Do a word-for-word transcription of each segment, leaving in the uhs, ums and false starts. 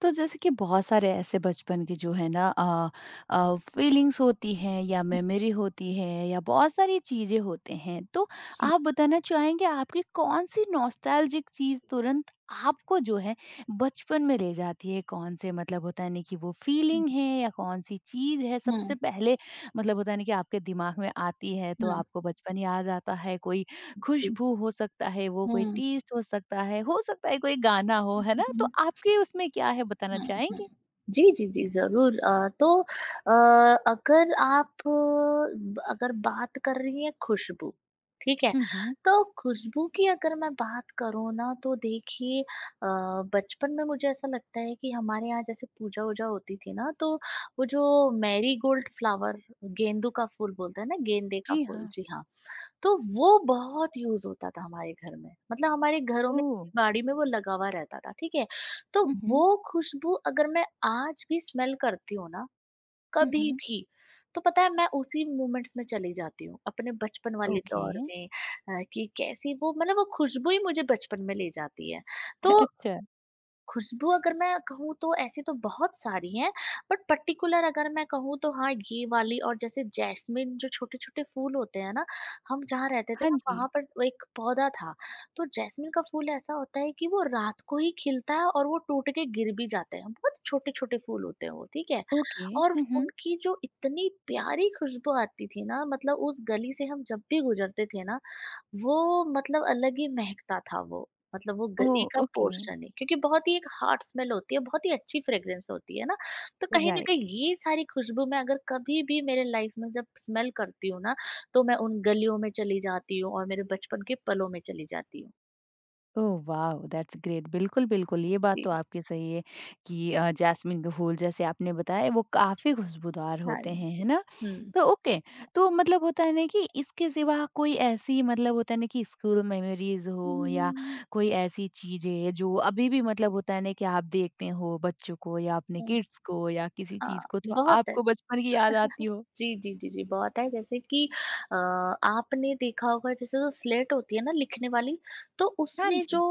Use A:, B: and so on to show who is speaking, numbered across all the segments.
A: तो जैसे कि बहुत सारे ऐसे बचपन के जो है ना आ, आ, फीलिंग्स होती हैं या मेमोरी होती है या बहुत सारी चीजें होते हैं तो आप बताना चाहेंगे आपकी कौन सी नॉस्टैल्जिक चीज तुरंत आपको जो है बचपन में ले जाती है कौन से मतलब होता है नहीं कि वो
B: हुँ,
A: फीलिंग है या कौन सी चीज है सबसे
B: हुँ,
A: पहले मतलब होता है नहीं कि आपके दिमाग में आती है तो
B: हुँ।
A: आपको बचपन याद आता है कोई
B: जी।
A: खुशबू हो सकता है, वो कोई
B: हुँ।
A: टेस्ट हो सकता है, हो सकता है कोई गाना हो, है ना? तो
B: हुँ,
A: आपके उसमें क्या है बताना
B: हुँ।
A: चाहेंगे?
B: जी, जी, जी, ज़रूर, अ, तो अ, अगर आप ब अगर बात कर रही हैं खुशबू, ठीक है?
A: हुँ, हुँ।
B: तो खुशबू की अगर मैं बात करूँ ना तो देखिए, अ, बचपन में मुझे ऐसा लगता है कि हमारे यहाँ जैसे पूजा-वूजा होती थी ना तो वो जो मैरीगोल्ड फ्लावर गेंदू का फूल बोलते हैं ना, गेंदे का
A: जी
B: फूल,
A: हाँ।
B: जी हाँ। तो वो बहुत यूज़ होता था हमारे घर में, मतलब हमारे घरों में
A: ओह!
B: बाड़ी में वो लगा हुआ रहता था, ठीक है? तो
A: हुँ, हुँ।
B: वो खुशबू अगर मैं आज भी स्मेल करती हूँ ना,
A: हुँ,
B: कभी
A: हुँ।
B: भी, तो पता है मैं उसी मोमेंट्स में चली जाती हूँ, अपने बचपन वाले
A: ओके।
B: दौर में। अ, कि कैसी वो मतलब वो खुशबू ही मुझे बचपन में ले जाती है। तो
A: अच्छा।
B: खुशबू अगर मैं कहूँ तो ऐसी तो बहुत सारी हैं, बट पर्टिकुलर अगर मैं कहूँ तो हाँ, ये वाली और जैसे जैस्मिन जो छोटे-छोटे फूल होते हैं ना, हम जहाँ रहते थे
A: हाँ
B: ना
A: जी।
B: वहाँ पर वो एक पौधा था, तो जैस्मिन का फूल ऐसा होता है कि वो रात को ही खिलता है और वो टूट के गिर भी जाते हैं, बहुत छोटे-छोटे फूल होते हैं वो, ठीक है?
A: ओके।
B: और
A: हुँ, हुँ।
B: उनकी जो इतनी प्यारी खुशबू आती थी ना, मतलब उस गली से हम जब भी गुज़रते थे ना, वो मतलब अलग ही महकता था वो, मतलब वो
A: ओह!
B: गली का
A: ओके,
B: पोर्शन है क्योंकि बहुत ही एक हॉट स्मेल होती है, बहुत ही अच्छी फ्रेग्रेंस होती है ना, तो कहीं न
A: राइट।
B: कहीं ये सारी खुशबू मैं अगर कभी भी मेरे लाइफ में जब स्मेल करती हूँ ना, तो मैं उन गलियों में चली जाती हूँ और मेरे बचपन के पलों में चली जाती हूँ।
A: Oh wow! That's great. बिल्कुल, बिल्कुल, ये बात
B: जी,
A: तो आपकी सही है कि अ, जैस्मिन के फूल जैसे आपने बताया वो काफ़ी खुशबूदार
B: हाँ
A: होते हैं,
B: जी।
A: है ना?
B: हुँ।
A: तो ओके, तो मतलब होता है ना कि इसके सिवा कोई ऐसी मतलब होता है ना कि स्कूल मेमोरीज़
B: हुँ,
A: हो
B: हुँ,
A: या
B: हुँ, हुँ।
A: कोई ऐसी चीज़ें जो अभी भी मतलब होता है ना कि आप देखते हो बच्चों को या अपने
B: हुँ,
A: किड्स को या किसी चीज़
B: हाँ,
A: को तो
B: बहुत है।
A: आपको बचपन की याद आती हो?
B: जी, जी, जी, जी, बहुत है जैसे कि अ, आपने देखा होगा जैसे जो स्लेट होती है ना लिखने वाली, तो
A: हाँ
B: उसमें
A: जी।
B: जो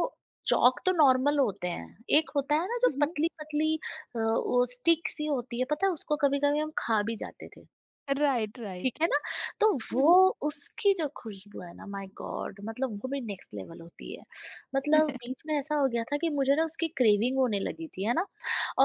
B: चॉक तो नॉर्मल होते हैं, एक होता है ना जो
A: हुँ, हुँ।
B: पतली-पतली, अ, वो स्टिक सी होती है, पता है उसको कभी-कभी हम खा भी जाते थे।
A: राइट,
B: ठीक
A: राइट।
B: है ना? तो
A: हुँ,
B: वो
A: हुँ।
B: उसकी जो खुशबू है ना माय गॉड! मतलब वो भी नेक्स्ट लेवल होती है। मतलब बीच में ऐसा हो गया था कि मुझे ना उसकी क्रेविंग होने लगी थी, है ना?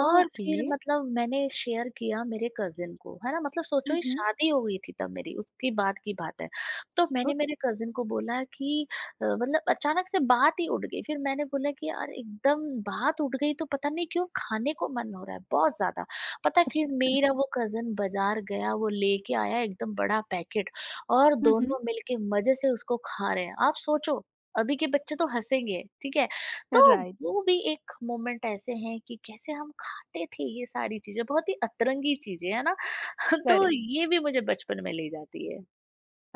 B: और
A: ओके।
B: फिर मतलब मैंने शेयर किया मेरे कज़िन को, है ना? मतलब
A: हुँ,
B: सोचो ये
A: हुँ।
B: शादी हो गई थी तब मेरी, उसकी बात की बात है। तो मैंने
A: ओके।
B: मेरे कज़िन को बोला कि अ, मतलब अचानक से बात ही उड़ गई। फिर मैंने बोला कि यार एकदम बात उड़ गई तो पता नहीं क्यों खाने को मन हो रहा है बहुत ज़्यादा। पता है फिर मेरा वो कज़न बाज़ार गया, वो लेके आया एकदम बड़ा पैकेट और
A: हुँ, हुँ।
B: दोनों मिलके मज़े से उसको खा रहे हैं। आप सोचो, अभी के बच्चे तो हँसेंगे, ठीक है? तो
A: राइट
B: वो भी एक मोमेंट ऐसे हैं कि कैसे हम खाते थे ये सारी चीज़ें, बहुत ही अतरंगी चीज़ें, है ना? तो
A: करेक्ट
B: ये भी मुझे बचपन में ले जाती है।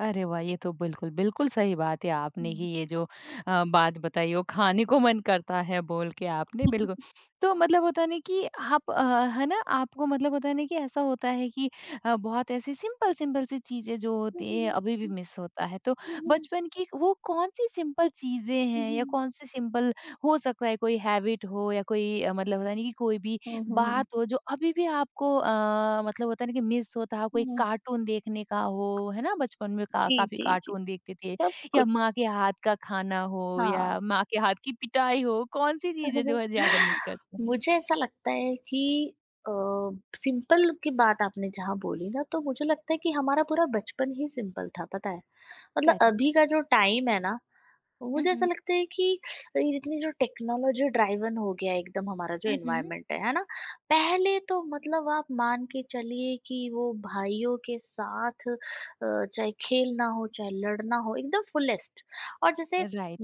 A: अरे वाह! ये तो बिल्कुल, बिल्कुल सही बात है आपने कि ये जो अ, बात बताई वो खाने को मन करता है बोल के आपने बिल्कुल। तो मतलब होता है ना कि आप अ, है ना आपको मतलब होता है ना कि ऐसा होता है कि अ, बहुत ऐसी सिंपल-सिंपल सी चीज़ें जो
B: हुँ।
A: होती है अभी भी
B: हुँ,
A: मिस होता है। तो
B: हुँ, हुँ। हुँ,
A: बचपन की वो कौन-सी सिंपल चीज़ें हैं या कौन-सी सिंपल हो सकता है कोई हैबिट हो या कोई अ, मतलब होता है ना कि कोई भी
B: हुँ, हुँ।
A: बात हो जो अभी भी आपको अ, मतलब होता है ना कि मिस होता है, कोई
B: हुँ।
A: कार्टून देखने का हो, है ना? बचपन में का
B: जी,
A: काफ़ी
B: जी, जी।
A: कार्टून देखते थे
B: सब
A: या
B: कुछ,
A: माँ के हाथ का खाना हो
B: हाँ।
A: या माँ के हाथ की पिटाई हो, कौन-सी चीज़ें जो है ज़्यादा मिस करते हैं?
B: मुझे ऐसा लगता है कि अ, सिंपल की बात आपने जहाँ बोली ना तो मुझे लगता है कि हमारा पूरा बचपन ही सिंपल था पता है, मतलब
A: करेक्ट।
B: अभी का जो टाइम है ना, तो
A: हुँ,
B: मुझे ऐसा
A: हुँ।
B: लगता है कि ये जितनी जो टेक्नोलॉजी ड्राइवन हो गया एकदम हमारा जो
A: हुँ, हुँ।
B: एनवायरनमेंट है है ना, पहले तो मतलब आप मान के चलिए कि वो भाइयों के साथ अ, चाहे खेलना हो चाहे लड़ना हो एकदम फुलेस्ट। और जैसे
A: राइट।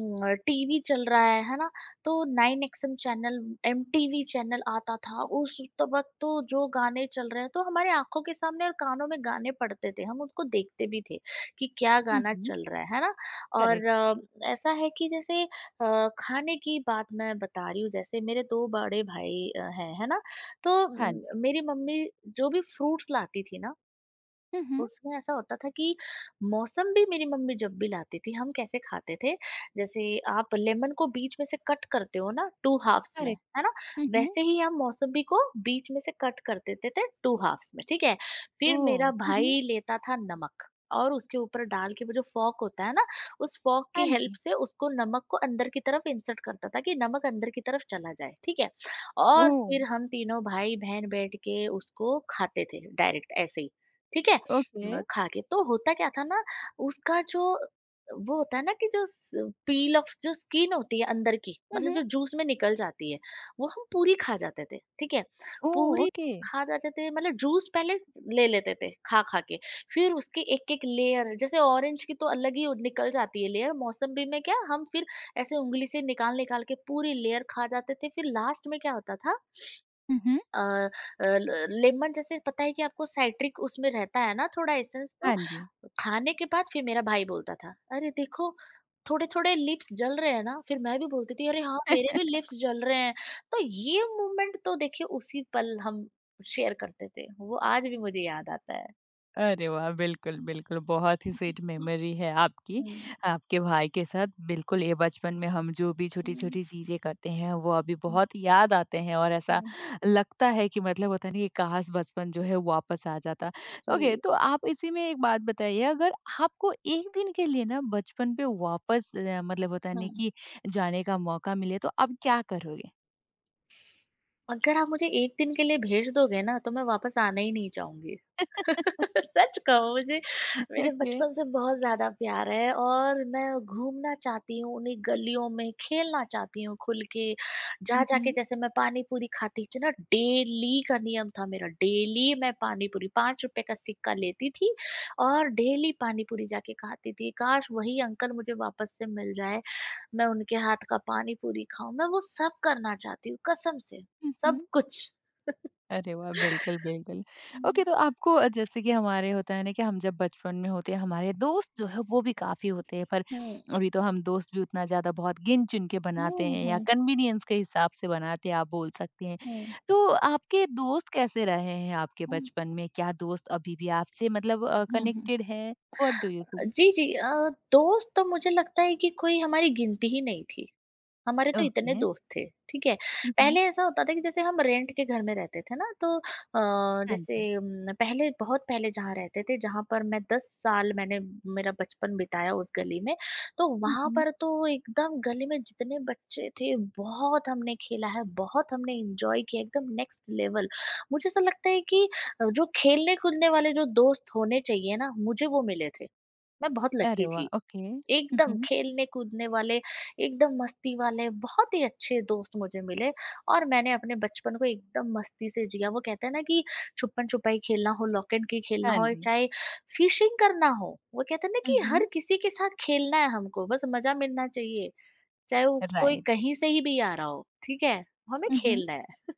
B: टीवी चल रहा है है ना, तो nine XM channel MTV channel आता था उस तो वक्त तो जो गाने चल रहे हैं तो हमारे आंखों के सामने और कानों में गाने पड़ते थे, हम उसको देखते भी थे कि क्या
A: हुँ,
B: गाना
A: हुँ।
B: चल रहा है है ना। और
A: करेक्ट।
B: अ, ऐसा है कि जैसे अ, खाने की बात मैं बता रही हूँ, जैसे मेरे दो बड़े भाई अ, हैं, है ना? तो
A: हाँ जी।
B: उम, मेरी मम्मी जो भी फ्रूट्स लाती थी ना,
A: हुँ, हुँ।
B: उसमें ऐसा होता था कि मौसम भी मेरी मम्मी जब भी लाती थी, हम कैसे खाते थे, जैसे आप लेमन को बीच में से कट करते हो ना टू हाफ्स में,
A: करेक्ट।
B: है ना,
A: हुँ, हुँ।
B: वैसे ही हम मौसम्बी को बीच में से कट कर देते थे टू हाफ्स में, ठीक है। फिर मेरा
A: ओह! हुँ, हुँ।
B: भाई लेता था नमक और उसके ऊपर डाल के वो जो फॉक होता है ना, उस फॉक की
A: हाँ
B: हेल्प
A: जी।
B: से उसको नमक को अंदर की तरफ इंसर्ट करता था कि नमक अंदर की तरफ चला जाए, ठीक है। और
A: ओह!
B: फिर हम तीनों भाई बहन बैठ के उसको खाते थे डायरेक्ट ऐसे ही, ठीक है।
A: ओके।
B: अ, खा के तो होता क्या था ना, उसका जो वो होता है ना कि जो पील ऑफ जो स्किन होती है अंदर की,
A: हुँ,
B: मतलब
A: हुँ।
B: जो जूस में निकल जाती है, वो हम पूरी खा जाते थे, ठीक है।
A: ओह!
B: पूरी
A: ओके।
B: खा जाते थे मतलब जूस पहले ले लेते थे खा खा के, फिर उसकी एक एक लेयर जैसे ऑरेंज की तो अलग ही निकल जाती है लेयर, मौसम्बी में क्या हम फिर ऐसे उंगली से निकाल निकाल के पूरी लेयर खा जाते थे। फिर लास्ट में क्या होता था
A: हुँ, हुँ।
B: अ, अ, ल- लेमन जैसे पता है कि आपको साइट्रिक उसमें रहता है ना थोड़ा एसेंस, तो
A: हाँ जी।
B: खाने के बाद फिर मेरा भाई बोलता था, "अरे देखो, थोड़े-थोड़े लिप्स जल रहे हैं ना?" फिर मैं भी बोलती थी, "अरे हाँ, मेरे भी लिप्स जल रहे हैं।" तो ये मोमेंट तो देखिए उसी पल हम शेयर करते थे। वो आज भी मुझे याद आता है।
A: अरे वाह! बिल्कुल, बिल्कुल, बहुत ही स्वीट मेमोरी है आपकी,
B: हुँ।
A: आपके भाई के साथ। बिल्कुल, ये बचपन में हम जो भी
B: हुँ,
A: छोटी-छोटी चीज़ें करते हैं, वो अभी
B: हुँ,
A: बहुत याद आते हैं और ऐसा
B: हुँ।
A: लगता है कि मतलब होता नहीं, कि काश बचपन जो है वापस आ जाता। ओके,
B: जी।
A: तो आप इसी में एक बात बताइए, अगर आपको एक दिन के लिए ना बचपन पे वापस अ, मतलब होता नहीं
B: हाँ।
A: कि जाने का मौका मिले, तो आप क्या करोगे?
B: अगर आप मुझे एक दिन के लिए भेज दोगे ना, तो मैं वापस आना ही नहीं चाहूँगी। सच कहूँ, मुझे मेरे
A: ओके।
B: बचपन से बहुत ज़्यादा प्यार है और मैं घूमना चाहती हूँ उन्हीं गलियों में, खेलना चाहती हूँ खुल के। जा
A: हुँ,
B: जा के
A: हुँ।
B: जैसे मैं पानी पूरी खाती थी ना, डेली का नियम था मेरा, डेली मैं पानी पूरी ₹पाँच रुपये का सिक्का लेती थी और डेली पानी पूरी जाके खाती थी। काश वही अंकल मुझे वापस से मिल जाए, मैं उनके हाथ का पानी पूरी खाऊँ। मैं वो सब करना चाहती हूँ कसम से,
A: हुँ, हुँ।
B: सब कुछ।
A: अरे वाह! बिल्कुल, बिल्कुल। ओके,
B: हुँ।
A: तो आपको अ, जैसे कि हमारे होता है ना कि हम जब बचपन में होते हैं, हमारे दोस्त जो है वो भी काफ़ी होते हैं, पर
B: हुँ।
A: अभी तो हम दोस्त भी उतना ज़्यादा बहुत गिन-चुन के बनाते
B: हुँ,
A: हैं या
B: हुँ,
A: कन्वीनियंस के हिसाब से बनाते हैं, आप बोल सकते हैं।
B: हुँ।
A: तो आपके दोस्त कैसे रहे हैं आपके
B: हुँ।
A: बचपन में? क्या दोस्त अभी भी आपसे मतलब अ,
B: हुँ, हुँ।
A: कनेक्टेड हैं? What do you think?
B: जी, जी। अ, दोस्त तो मुझे लगता है कि कोई हमारी गिनती ही नहीं थी। हमारे तो इतने
A: ओके।
B: दोस्त थे, ठीक है।
A: हुँ, हुँ।
B: पहले ऐसा होता था कि जैसे हम रेंट के घर में रहते थे ना तो अ,
A: हाँ
B: जैसे
A: जी।
B: उम, पहले बहुत पहले जहाँ रहते थे, जहाँ पर मैं दस साल मैंने मेरा बचपन बिताया उस गली में, तो
A: हुँ,
B: वहाँ
A: हुँ।
B: पर तो एकदम गली में जितने बच्चे थे, बहुत हमने खेला है, बहुत हमने एन्जॉय किया, एकदम नेक्स्ट लेवल। मुझे ऐसा लगता है कि अ, जो खेलने-कूदने वाले जो दोस्त होने चाहिए ना, मुझे वो मिले थे। मैं बहुत
A: अरे
B: लकी
A: वाह!
B: थी।
A: ओके। हुँ,
B: एकदम
A: हुँ।
B: खेलने-कूदने वाले, एकदम मस्ती वाले, बहुत ही अच्छे दोस्त मुझे मिले और मैंने अपने बचपन को एकदम मस्ती से जिया। वो कहते हैं ना कि छुपन-छुपाई खेलना हो, लॉक एंड की खेलना
A: हाँ
B: हो और
A: जी।
B: चाहे फिशिंग करना हो, वो कहते हैं ना
A: हुँ,
B: कि हर
A: हुँ।
B: किसी के साथ खेलना है हमको, बस मज़ा मिलना चाहिए, चाहे वो कोई
A: राइट।
B: कहीं से ही भी आ रहा हो, ठीक है? हमें
A: हुँ, हुँ।
B: खेलना है।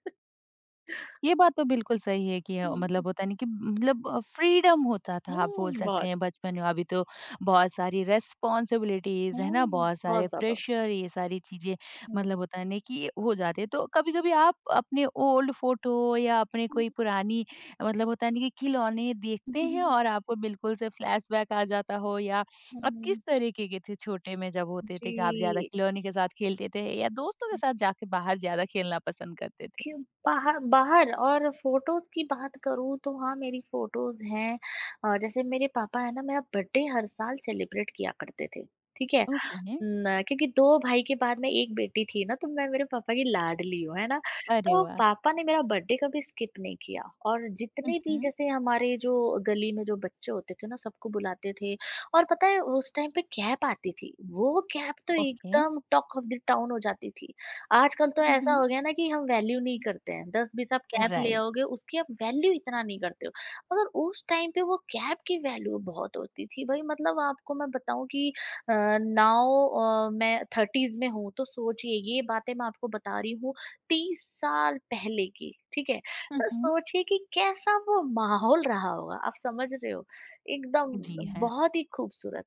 A: ये बात तो बिल्कुल सही है कि अ,
B: हुँ,
A: मतलब होता नहीं कि मतलब फ्रीडम होता था आप बोल
B: हुँ,
A: सकते
B: बहुत,
A: हैं बचपन में अभी तो बहुत सारी रेस्पॉन्सिबिलिटीज है ना
B: हुँ,
A: बहुत सारे
B: बहुत ज़्यादा।
A: प्रेशर ये सारी चीजें
B: हुँ।
A: मतलब होता नहीं कि हो जाते तो कभी कभी आप अपने ओल्ड फोटो या अपने कोई पुरानी मतलब होता नहीं कि खिलौने देखते हैं और आपको बिल्कुल से फ्लैशबैक आ जाता हो या आप किस
B: हुँ,
A: तरीके के थे छोटे में जब होते
B: जी।
A: थे कि आप ज्यादा खिलौने के साथ खेलते थे या दोस्तों के साथ जाके बाहर ज्यादा खेलना पसंद करते थे
B: कि बाहर बाहर और फ़ोटोज़ की बात करूँ तो हाँ, मेरी फ़ोटोज़ हैं। अ, जैसे मेरे पापा है ना, मेरा बर्थडे हर साल सेलिब्रेट किया करते थे, ठीक है?
A: ओके
B: न क्योंकि दो भाई के बाद मैं एक बेटी थी ना, तो मैं मेरे पापा की लाडली हूँ, है ना?
A: अरे
B: तो
A: वाह!
B: पापा ने मेरा बर्थडे कभी स्किप नहीं किया और
A: हुँ,
B: जितने भी
A: हुँ।
B: जैसे हमारे जो गली में जो बच्चे होते थे ना, सबको बुलाते थे और पता है उस टाइम पे कैप आती थी, वो कैप तो
A: ओके।
B: एकदम टॉक ऑफ द टाउन हो जाती थी। आजकल तो
A: हुँ,
B: ऐसा
A: हुँ।
B: हो गया ना कि हम वैल्यू नहीं करते हैं, दस बीस आप कैप ले
A: राइट।
B: आओगे, उसकी आप वैल्यू इतना नहीं करते हो। मगर उस टाइम पे वो कैप की वैल्यू बहुत होती थी, भई मतलब आपको मैं बताऊँ कि अ, नाउ, अ, मैं थर्टीज़ में हूँ, तो सोचिए ये बातें मैं आपको बता रही हूँ तीस साल पहले की, ठीक है?
A: हुँ,
B: तो
A: हुँ।
B: सोचिए कि कैसा वो माहौल रहा होगा, आप समझ रहे हो? एकदम
A: जी हाँ,
B: बहुत ही खूबसूरत,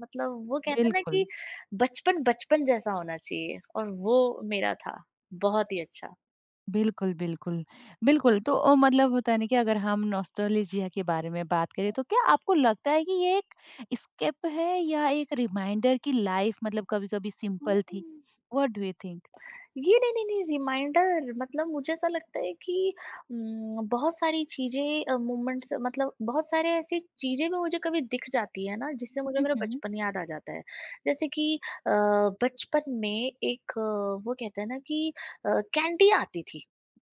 B: मतलब वो कहते हैं ना
A: बिल्कुल।
B: कि बचपन, बचपन जैसा होना चाहिए और वो मेरा था, बहुत ही अच्छा।
A: बिल्कुल, बिल्कुल। बिल्कुल, तो अ, मतलब होता है ना कि अगर हम नॉस्टैल्जिया के बारे में बात करें तो क्या आपको लगता है कि ये एक एस्केप है या एक रिमाइंडर कि लाइफ मतलब कभी-कभी सिंपल थी?
B: हम्म।
A: What do you think?
B: ये नहीं, नहीं, नहीं रिमाइंडर, मतलब मुझे ऐसा लगता है कि उम, बहुत सारी चीज़ें अ, मोमेंट्स, मतलब बहुत सारे ऐसी चीज़ें भी मुझे कभी दिख जाती है ना, जिससे मुझे
A: हुँ,
B: मेरा
A: हुँ।
B: बचपन याद आ जाता है। जैसे कि अ, बचपन में एक अ, वो कहते हैं ना कि अ, कैंडी आती थी।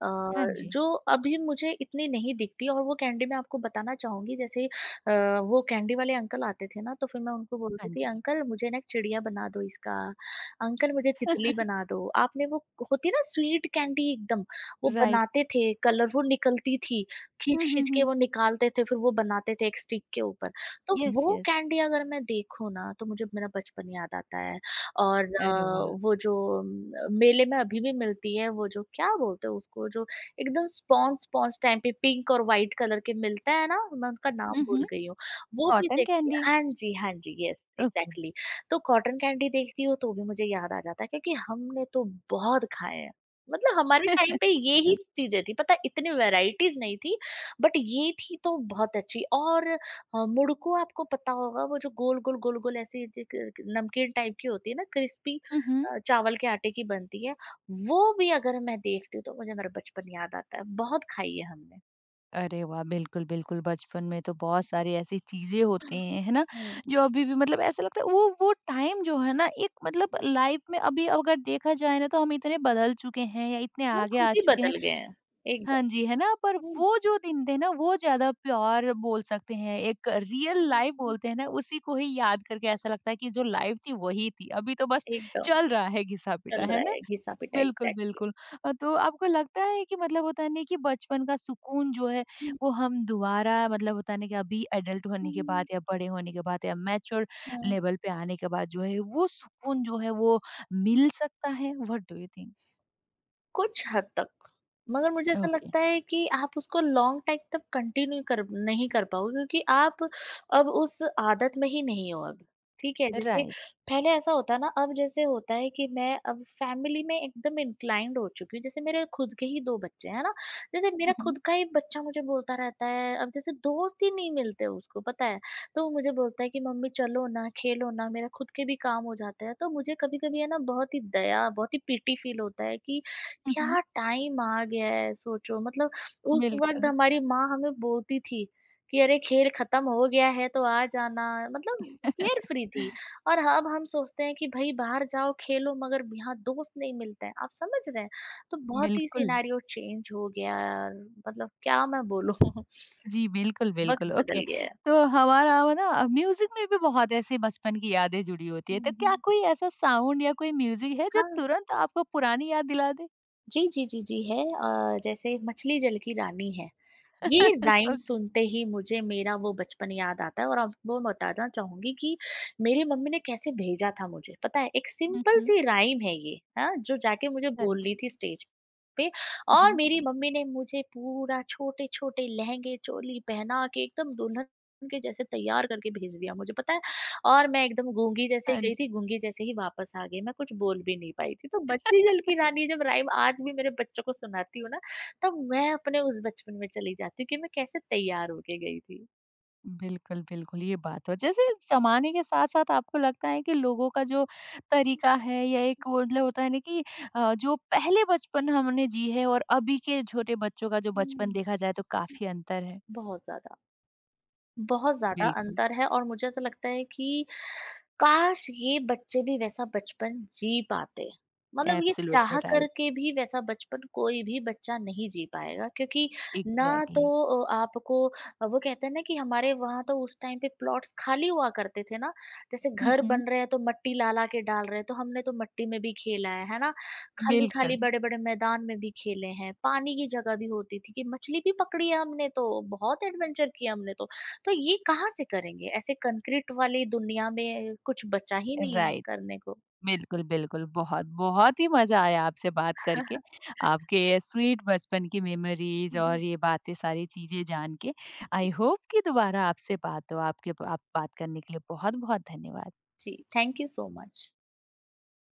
B: अ,
A: हाँ जी,
B: जो अभी मुझे इतनी नहीं दिखती, और वो कैंडी मैं आपको बताना चाहूँगी जैसे अ, वो कैंडी वाले अंकल आते थे ना, तो फिर मैं उनको
A: हाँ
B: बोलती थी,
A: जी।
B: "अंकल मुझे ना एक चिड़िया बना दो इसका।" अंकल मुझे तितली बना दो। आपने वो होती है ना स्वीट कैंडी एकदम, वो
A: राइट।
B: बनाते थे, कलरफुल निकलती थी,
A: हुँ, हुँ,
B: खींच-खींच के
A: हुँ।
B: वो निकालते थे, फिर वो बनाते थे एक स्टिक के ऊपर। तो
A: यस,
B: वो
A: यस।
B: कैंडी अगर मैं देखूँ ना, तो मुझे मेरा बचपन याद आता है। और
A: अरे
B: अ,
A: वाह!
B: वो जो अ, मेले में अभी भी मिलती है, वो जो क्या बोलते हैं उसको, जो एकदम स्पॉन्ज स्पॉन्ज टाइप पे पिंक और व्हाइट कलर के मिलता है ना, मैं उनका नाम
A: हुँ, हुँ।
B: भूल गई हूँ। वो भी
A: कॉटन
B: देखती।
A: कैंडी।
B: हाँ जी, हाँ जी, यस,
A: ओके।
B: एग्ज़ैक्टली। तो कॉटन कैंडी देखती हूँ तो भी मुझे याद आ जाता है, क्योंकि हमने तो बहुत खाए हैं। मतलब हमारे टाइम पे ये ही
A: बिल
B: चीज़ें थी, पता है, इतनी वैराइटीज़ नहीं थी, बट ये थी तो बहुत अच्छी। और अ, मुड़को, आपको पता होगा वो जो गोल-गोल, गोल-गोल ऐसी ज क क- नमकीन टाइप की होती है ना, क्रिस्पी,
A: हुँ, हुँ।
B: अ, चावल के आटे की बनती है, वो भी अगर मैं देखती हूँ तो मुझे मेरा बचपन याद आता है। बहुत खाई है हमने।
A: अरे वाह! बिल्कुल, बिल्कुल, बचपन में तो बहुत सारी ऐसी चीज़ें होती हैं, है ना?
B: हुँ।
A: जो अभी भी मतलब ऐसा लगता है वो वो टाइम जो है ना एक मतलब लाइफ में अभी अगर देखा जाए ना तो हम इतने बदल चुके हैं या इतने
B: हम
A: आगे
B: खुद
A: आ
B: ही
A: चुके हैं।
B: बदल गए हैं।
A: हाँ
B: एकदम।
A: जी, है ना? पर
B: हुँ,
A: वो जो दिन थे ना वो ज़्यादा प्योर बोल सकते हैं, एक रियल
B: हुँ,
A: लाइफ
B: हुँ।
A: बोलते हैं ना उसी को ही याद करके ऐसा लगता है कि जो लाइफ थी वही थी। अभी तो बस
B: एकदम।
A: चल रहा है घिसा-पिटा,
B: चल
A: है
B: रहा
A: ना?
B: है, घिसा-पिटाई
A: बिल्कुल,
B: एग्ज़ैक्टली।
A: बिल्कुल। अ, तो आपको लगता है कि मतलब होता है नहीं कि बचपन का सुकून जो है,
B: हुँ,
A: वो हम दोबारा मतलब होता है ना कि अभी एडल्ट होने के बाद
B: हुँ,
A: या बड़े होने के बाद या मैच्योर
B: हाँ।
A: लेवल पे आने के बाद जो है, वो सुकून जो है वो मिल सकता है? What do you think?
B: कुछ हद तक, मगर मुझे ऐसा
A: ओके,
B: लगता है कि आप उसको लॉन्ग टाइम तक कंटिन्यू कर नहीं कर पाओगे, क्योंकि आप अब उस आदत में ही नहीं हो अब, ठीक है? जैसे
A: राइट।
B: पहले ऐसा होता ना, अब जैसे होता है कि मैं अब फैमिली में एकदम इन्क्लाइंड हो चुकी हूँ, जैसे मेरे खुद के ही दो बच्चे हैं, है ना? जैसे
A: हुँ,
B: मेरा
A: हुँ।
B: खुद का ही बच्चा मुझे बोलता रहता है, अब जैसे दोस्त ही नहीं मिलते उसको, पता है, तो वो मुझे बोलता है कि मम्मी चलो ना, खेलो ना, मेरा खुद के भी काम हो जाता है, तो मुझे कभी-कभी है ना बहुत ही दया, बहुत ही पिटी फील होता है कि
A: हुँ, हुँ।
B: क्या टाइम आ गया है, सोचो, मतलब उस वक़्त
A: बिल्कुल।
B: हमारी माँ हमें बोलती थी कि अरे खेल ख़त्म हो गया है तो आ जाना, मतलब केयर फ्री थी। और अब हम सोचते हैं कि भई बाहर जाओ खेलो, मगर यहाँ दोस्त नहीं मिलते हैं, आप समझ रहे हैं? तो बहुत ही
A: बिल्कुल।
B: सिनेरियो चेंज हो गया है, मतलब क्या मैं बोलूँ,
A: जी, बिल्कुल,
B: वक़्त
A: बिल्कुल, ओके।
B: बदल गया है।
A: तो हमारा वो ना म्यूज़िक में भी बहुत ऐसे बचपन की यादें जुड़ी होती है, तो
B: हुँ,
A: क्या
B: हुँ।
A: कोई ऐसा साउंड या कोई म्यूज़िक है जो
B: हाँ,
A: तुरंत आपको पुरानी याद दिला दे?
B: जी, जी, जी, जी है। अ, जैसे मछली जल की रानी है। ये राइम
A: ओके।
B: सुनते ही मुझे मेरा वो बचपन याद आता है। और आपको मैं बताना चाहूंगी कि मेरी मम्मी ने कैसे भेजा था मुझे, पता है, एक
A: हुँ,
B: सिंपल
A: हुँ।
B: सी राइम है ये, हाँ, जो जाके मुझे
A: हाँ
B: बोलनी
A: जी।
B: थी स्टेज पे,
A: हुँ,
B: और
A: हुँ।
B: मेरी मम्मी ने मुझे पूरा छोटे छोटे लहंगे चोली पहना के एकदम दुल्हन के जैसे तैयार करके भेज दिया मुझे, पता है। और मैं एकदम गूंगी जैसे ही
A: हाँ
B: गई थी,
A: जी।
B: गूंगी जैसे ही वापस आ गई, मैं कुछ बोल भी नहीं पाई थी। तो मछली जल की रानी जब राइम आज भी मेरे बच्चों को सुनाती हूँ ना, तब मैं अपने उस बचपन में चली जाती हूँ कि मैं कैसे तैयार होके गई थी।
A: बिल्कुल, बिल्कुल, ये बात तो जैसे ज़माने के साथ-साथ आपको लगता है कि लोगों का जो तरीका है या एक वो मतलब होता है ना कि अ, जो पहले बचपन हमने जी है और अभी के छोटे बच्चों का जो बचपन
B: हुँ।
A: देखा जाए तो काफ़ी अंतर है।
B: बहुत ज़्यादा, बहुत ज़्यादा
A: बिल्कुल,
B: अंतर है, और मुझे ऐसा लगता है कि काश ये बच्चे भी वैसा बचपन जी पाते। मतलब ये
A: एब्सोल्युटली
B: चाह
A: राइट।
B: करके भी वैसा बचपन कोई भी बच्चा नहीं जी पाएगा, क्योंकि ना तो
A: एग्ज़ैक्टली
B: अ, आपको अ, वो कहते हैं ना कि हमारे वहाँ तो उस टाइम पे प्लॉट्स खाली हुआ करते थे ना। जैसे
A: हुँ,
B: घर
A: हुँ।
B: बन रहे हैं तो मिट्टी ला-ला के डाल रहे हैं, तो हमने तो मिट्टी में भी खेला है, है ना? खाली-खाली
A: बिल्कुल,
B: बड़े-बड़े मैदान में भी खेले हैं, पानी की जगह भी होती थी कि मछली भी पकड़ी है हमने तो, बहुत एडवेंचर किया हमने तो। तो ये कहाँ से करेंगे? ऐसे कंक्रीट वाली दुनिया में कुछ बचा ही नहीं है
A: राइट।
B: करने को।
A: बिल्कुल, बिल्कुल, बहुत, बहुत ही मज़ा आया आपसे बात करके। आपके स्वीट बचपन की मेमोरीज़
B: हुँ,
A: और
B: हुँ।
A: ये बातें सारी चीज़ें जान के। आई होप कि दोबारा आपसे बात हो। आपके आप बात करने के लिए बहुत-बहुत धन्यवाद।
B: जी, थैंक यू सो मच।